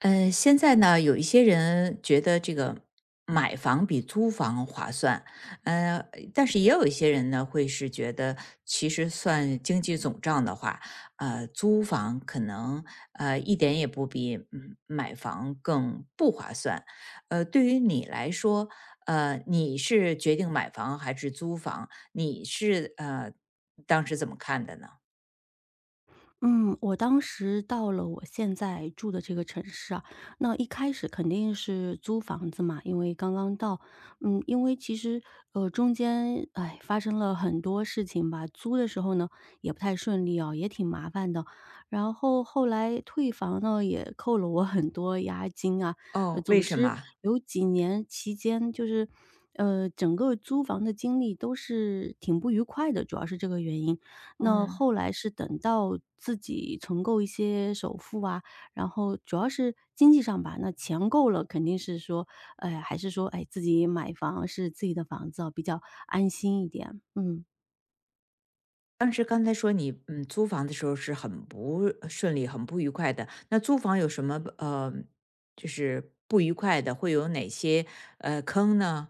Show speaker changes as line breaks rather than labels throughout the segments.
现在呢，有一些人觉得这个买房比租房划算，呃，但是也有一些人呢，会是觉得其实算经济总账的话，租房可能一点也不比买房更不划算。对于你来说，你是决定买房还是租房？你是当时怎么看的呢？
嗯，我当时到了我现在住的这个城市啊，那一开始肯定是租房子嘛，因为刚刚到。其实，中间，哎，发生了很多事情吧，租的时候呢，也不太顺利哦，也挺麻烦的。然后后来退房呢，也扣了我很多押金啊，
哦，
总
为什
之
么？
有几年期间就是。整个租房的经历都是挺不愉快的，主要是这个原因。那
嗯。
后来是等到自己存够一些首付啊，然后主要是经济上吧，那钱够了，肯定是说，哎，还是说，哎，自己买房是自己的房子啊，比较安心一点。嗯。
当时刚才说你，租房的时候是很不顺利、很不愉快的。那租房有什么就是不愉快的，会有哪些坑呢？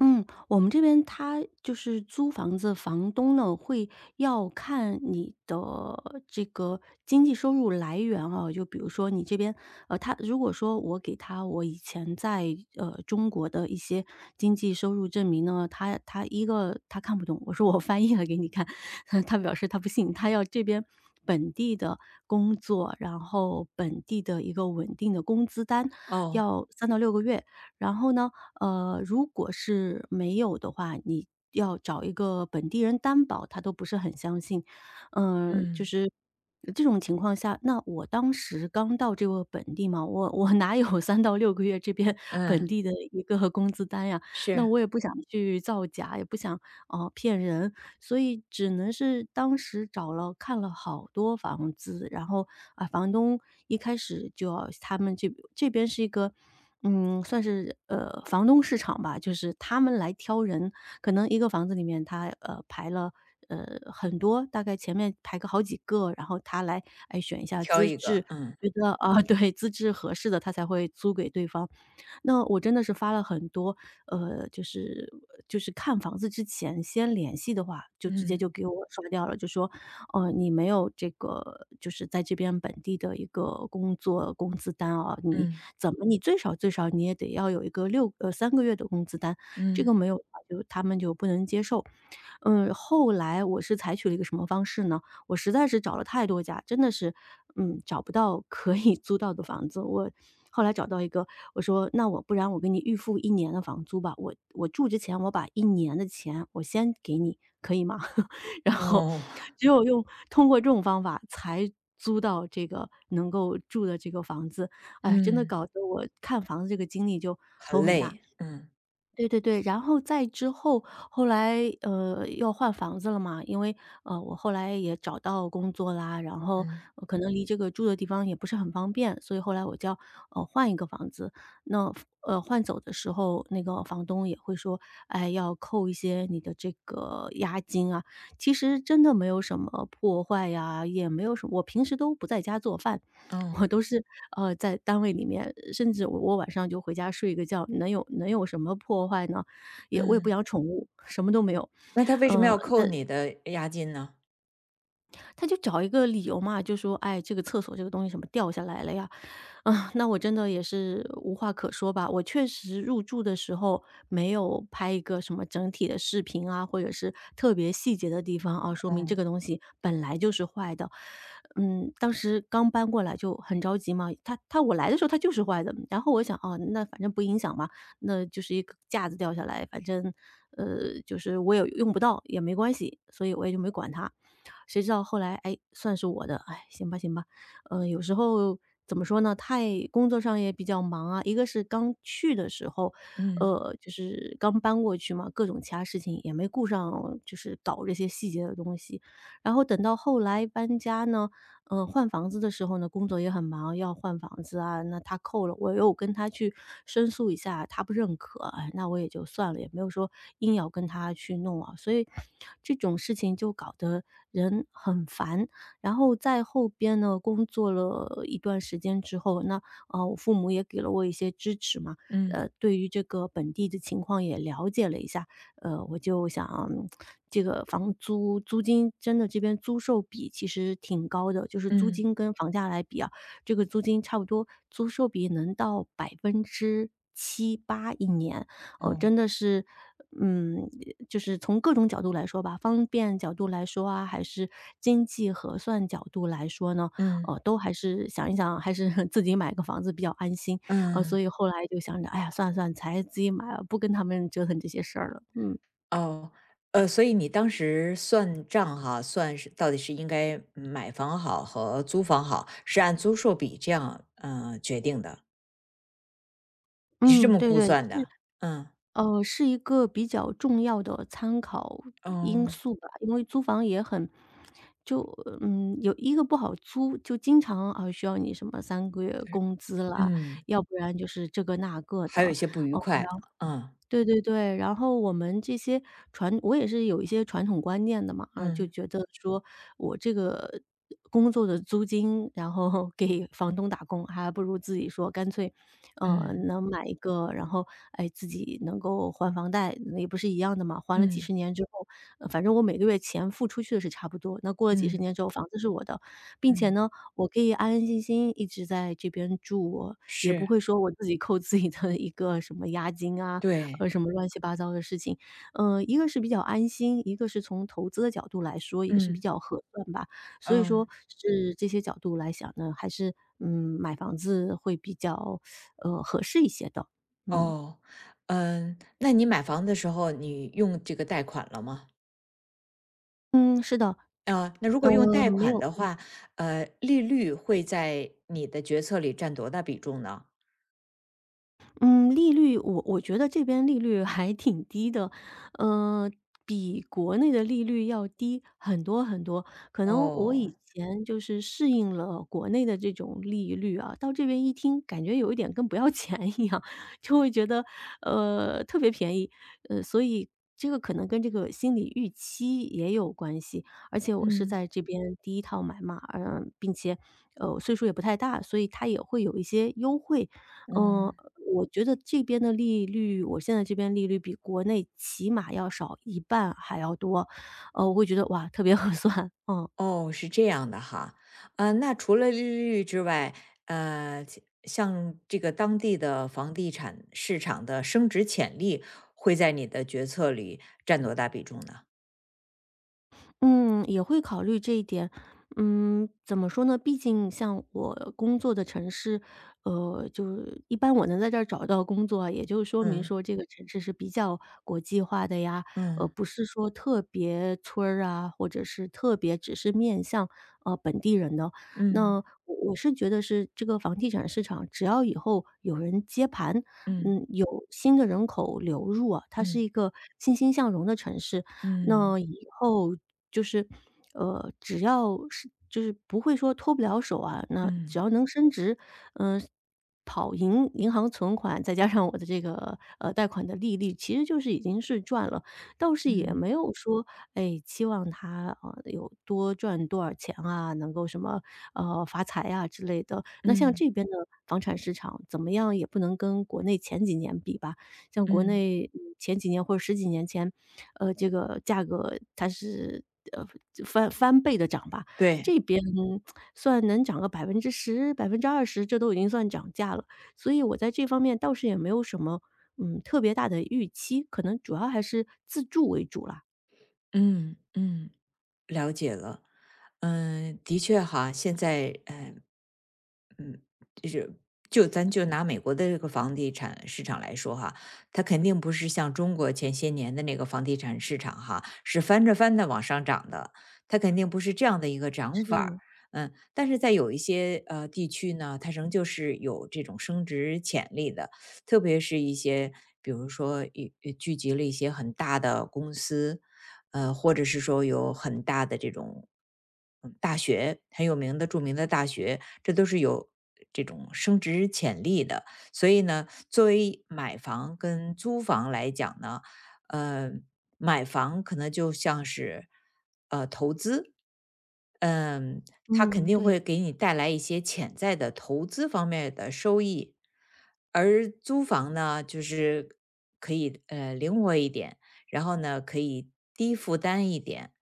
嗯，我们这边他就是租房子，房东呢会要看你的这个经济收入来源啊，就比如说你这边，呃，他如果说我给他我以前在中国的一些经济收入证明呢，他一个他看不懂，我说我翻译了给你看，他表示他不信，他要这边本地的工作，然后本地的一个稳定的工资单，
哦。
要三到六个月，然后呢，呃，如果是没有的话，你要找一个本地人担保，他都不是很相信。嗯，就
嗯
是这种情况下，那我当时刚到这个本地嘛，我哪有 三到六个月这边本
嗯。
地的一个工资单呀？那
是
我也不想去造假，也不想骗人，所以只能是当时找了看了好多房子，然后，啊，房东一开始就要他们这边是一个，嗯，算是，呃，房东市场吧，就是他们来挑人，可能一个房子里面他，呃，排了，呃，很多，大概前面排个好几个，然后他来，哎，选一下
挑
资
一
质，
个，嗯
觉得啊，对，资质合适的他才会租给对方。那我真的是发了很多，呃，就是看房子之前先联系的话，就直接就
嗯
给我刷掉了，就说，呃，你没有这个就是在这边本地的一个工作工资单啊，你
嗯
怎么你最少最少你也得要有一个三个月的工资单，这个
嗯。
没有的话就他们就不能接受。嗯，后来我是采取了一个什么方式呢？我实在是找了太多家，真的是，嗯，找不到可以租到的房子。我后来找到一个，我说："那我不然我给你预付一年的房租吧，我住之前我把一年的钱我先给你，可以吗？" 然后
哦。
只有用通过这种方法才租到这个能够住的这个房子，哎，真的
嗯。
搞得我看房子这个经历就
很
头很大。
累，嗯
对对对，然后再之后，后来，呃，要换房子了嘛，因为，呃，我后来也找到工作啦，然后，
嗯。
呃可能离这个住的地方也不是很方便，所以后来我就要，呃，换一个房子。那，呃，换走的时候，那个房东也会说，哎，要扣一些你的这个押金啊。其实真的没有什么破坏呀，也没有什么我平时都不在家做饭，
哦。
我都是，呃，在单位里面，甚至我晚上就回家睡一个觉，能有什么破坏呢？我也不
嗯。
养宠物，什么都没有。
那他为什么
呃，
要
他
扣你的押金呢？
他就找一个理由嘛，就说："哎，这个厕所这个东西什么掉下来了呀，啊，那我真的也是无话可说吧。我确实入住的时候没有拍一个什么整体的视频啊，或者是特别细节的地方啊，说明这
哦。
个东西本来就是坏的。嗯，当时刚搬过来就很着急嘛，他我来的时候他就是坏的，然后我想哦，那反正不影响嘛，那就是一个架子掉下来，反正就是我也用不到也没关系，所以我也就没管它。谁知道后来，哎，算是我的，哎，行吧行吧。嗯，有时候怎么说呢，太工作上也比较忙啊，一个是刚去的时候，
嗯
呃，就是刚搬过去嘛，各种其他事情也没顾上，就是搞这些细节的东西。然后等到后来搬家呢，呃，换房子的时候呢，工作也很忙，要换房子啊，那他扣了，我又跟他去申诉一下，他不认可，哎，那我也就算了，也没有说硬要跟他去弄啊，所以这种事情就搞得人很烦。然后在后边呢，工作了一段时间之后，那呃，我父母也给了我一些支持嘛，
嗯
呃，对于这个本地的情况也了解了一下。呃，我就想这个房租租金真的这边租售比其实挺高的，就是租
嗯。
金跟房价来比啊，这个租金差不多租售比能到百分之七八一年，哦，
哦。
真的是，嗯，就是从各种角度来说吧，方便角度来说啊，还是经济核算角度来说呢，
嗯
呃，都还是想一想，还是 自己买个房子比较安心。啊，所
嗯。
以后来就想着，哎呀，算了算了，才自己买了，不跟他们折腾这些事儿了。嗯。
哦，所以你当时算账哈，算是到底是应该买房好和租房好，是按租售比这样决定的，你是这
嗯，
么
对
估
对，
算
是
的？嗯。
呃，是一个比较重要的参考因
哦。
素吧。因为租房也很就嗯，有一个不好租，就经常啊需要你什么三个月工资啦，
嗯。
要不然就是这个那个的，
还有一些不愉
哦。
快，嗯
对对对，然后我们这些我也是有一些传统观念的嘛，啊，就
嗯
觉得说我这个工作的租金，然后 给房东打工，还不如自己说干脆，呃，
嗯
能买一个，然后哎自己能够还房贷，那也不是一样的嘛，还了几
嗯
十年之后，呃反正我每个月钱付出去的是差不多，那过了几十
嗯
年之后，房子是我的，并且
嗯。
呢，我可以安安心心一直在这边住，我也不会
是。
说我自己扣自己的一个什么押金啊，
对。
呃，什么乱七八糟的事情。呃，一个是比较安心，一个是从投资的角度来说也是比
嗯
较合算吧。所以
嗯。
说是这些角度来想呢，还是，嗯，买房子会比较，呃，合适一些的。嗯，
哦。嗯。那你买房的时候，你用这个贷款了吗？
嗯，是的，
啊，那如果用
呃，
贷
没
款
有
的话，利率会在你的决策里占多大比重呢？
嗯，利率我觉得这边利率还挺低的，呃，比国内的利率要低很多很多。可能我
哦。
以前就是适应了国内的这种利率啊，到这边一听，感觉有一点跟不要钱一样，就会觉得呃特别便宜，呃，所以这个可能跟这个心理预期也有关系。而且我是
嗯
在这边第一套买嘛，嗯、并且呃岁数也不太大，所以它也会有一些优惠。嗯、
嗯。
我觉得这边的利率我现在这边利率比国内起码要少一半还要多，呃，我会觉得哇，特别 合算，嗯。
哦，是这样的哈。啊，那除了利率之外，其像这个当地的房地产市场的升值潜力，会在你的决策里占多大比重呢？
嗯，也会考虑这一点。嗯，怎么说呢？毕竟像我工作的城市，呃，就是一般我能在这儿找到工作啊，也就说明
嗯
说这个城市是比较国际化的呀，呃，
嗯
不是说特别村儿啊，或者是特别只是面向呃本地人的。那我
嗯
我是觉得是这个房地产市场，只要以后有人接盘，
嗯
有新的人口流入啊，它是
嗯
一个欣欣向荣的城市。
嗯
那以后就是，只要是就是不会说脱不了手啊，那只
嗯
要能升值，嗯、跑银行存款，再加上我的这个贷款的利率，其实就是已经是赚了。倒是也
嗯
没有说哎期望他有多赚多少钱啊，能够什么发财啊之类的。那像
嗯
这边的房产市场怎么样，也不能跟国内前几年比吧。像国
嗯。
内前几年或者十几年前，这个价格它是呃翻翻倍的涨吧。
对。
这边 算能涨个百分之十、20%，这都已经算涨价了。所以我在这方面倒是也没有什么，特别大的预期，可能主要还是自助为主啦。
嗯嗯。了解了。嗯，的确哈，现在，嗯，就是就咱就拿美国的这个房地产市场来说哈，它肯定不是像中国前些年的那个房地产市场哈，是翻着翻的往上涨的，它肯定不是这样的一个涨法儿。
是，
嗯，但是在有一些地区呢，它仍旧是有这种升值潜力的，特别是一些比如说一聚集了一些很大的公司，或者是说有很大的这种大学很有名的著名的大学，这都是有这种升值潜力的。所以呢，作为买房跟租房来讲呢，呃，买房可能就像是投资，嗯，它肯
嗯，
定会
对，
给你带来一些潜在的投资方面的收益，而租房呢，就是可以灵活一点。然后呢，可以低负担一点，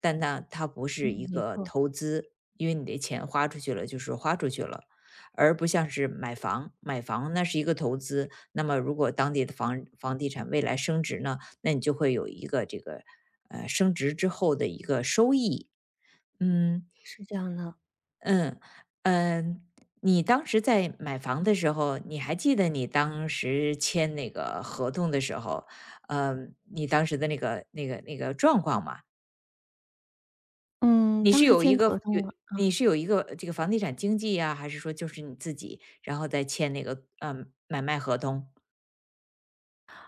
但呢，它不是
嗯，
一
没
个
错，
投资，因为你的钱花出去了就是花出去了，而不像是买房，买房那是一个投资。那么如果当地的房地产未来升值呢，那你就会有一个这个升值之后的一个收益。嗯。
是这样的。
嗯。嗯。你当时在买房的时候，你还记得你当时签那个合同的时候，你当时的那个状况吗？
嗯，
你
当
是
时
有
签
一个
合
有
同了
你是有一个这个房地产经纪呀，还是说就是你自己，然后再签那个，买卖合同？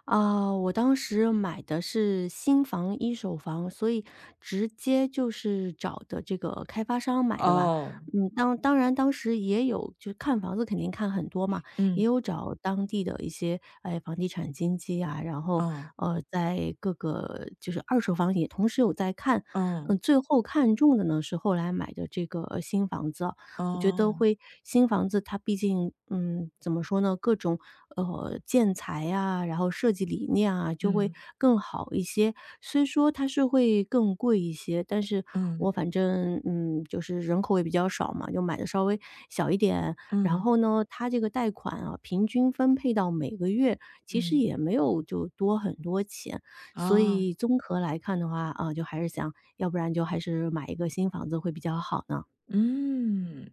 啊。我当时买的是新房一手房，所以直接就是找的这个开发商买的吧。
哦。
当然当时也有，就看房子肯定看很多嘛，也
嗯。
有找当地的一些，哎，房地产经纪啊，然后，
哦。
在各个就是二手房也同时有在看。
哦。
最后看中的呢，是后来买的这个新房子啊。我觉得
哦。
新房子它毕竟，怎么说呢，各种，建材呀，然后设计理念啊，就会
嗯。
更好一些。虽说它是会更贵一些，但是
嗯。
我反正，就是人口也比较少嘛，就买的稍微小一点。然
嗯。
后呢，它这个贷款啊，平均分配到每个月，其实
嗯。
也没有就多很多钱。所
哦。
以综合来看的话，啊，就还是想要不然就还是买一个新房子会比较好呢。
嗯。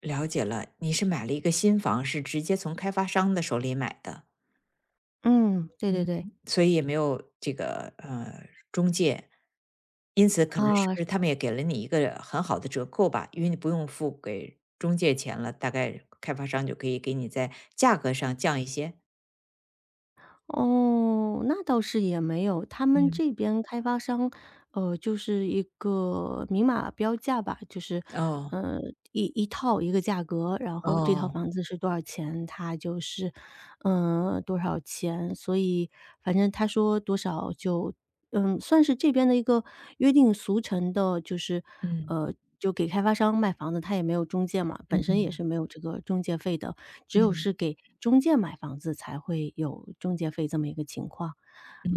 了解了，你是买了一个新房，是直接从开发商的手里买的。
嗯，对对
嗯。
对。
所以也没有这个中介，因此可能是
啊，
不是他们也给了你一个很好的折扣吧？因为你不用付给中介钱了，大概开发商就可以给你在价格上降一些。
哦，那倒是也没有。他们
嗯。
这边开发商，就是一个明码标价吧。就是，
哦
呃，一套一个价格，然后这套
哦。
房子是多少钱，它就是，多少钱。所以反正他说多少就，算是这边的一个约定俗成的，就是，
嗯
呃，就给开发商卖房子，他也没有中介嘛，本身也是没有这个中介费的。只
嗯
有是
嗯
给中介买房子才会有中介费这么一个情况。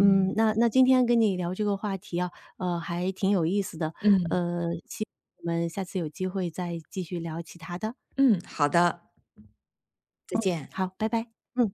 那今天跟你聊这个话题啊，还挺有意思的。
嗯
呃，希我们下次有机会再继续聊其他的。
嗯好的，再见。
好，拜拜，嗯。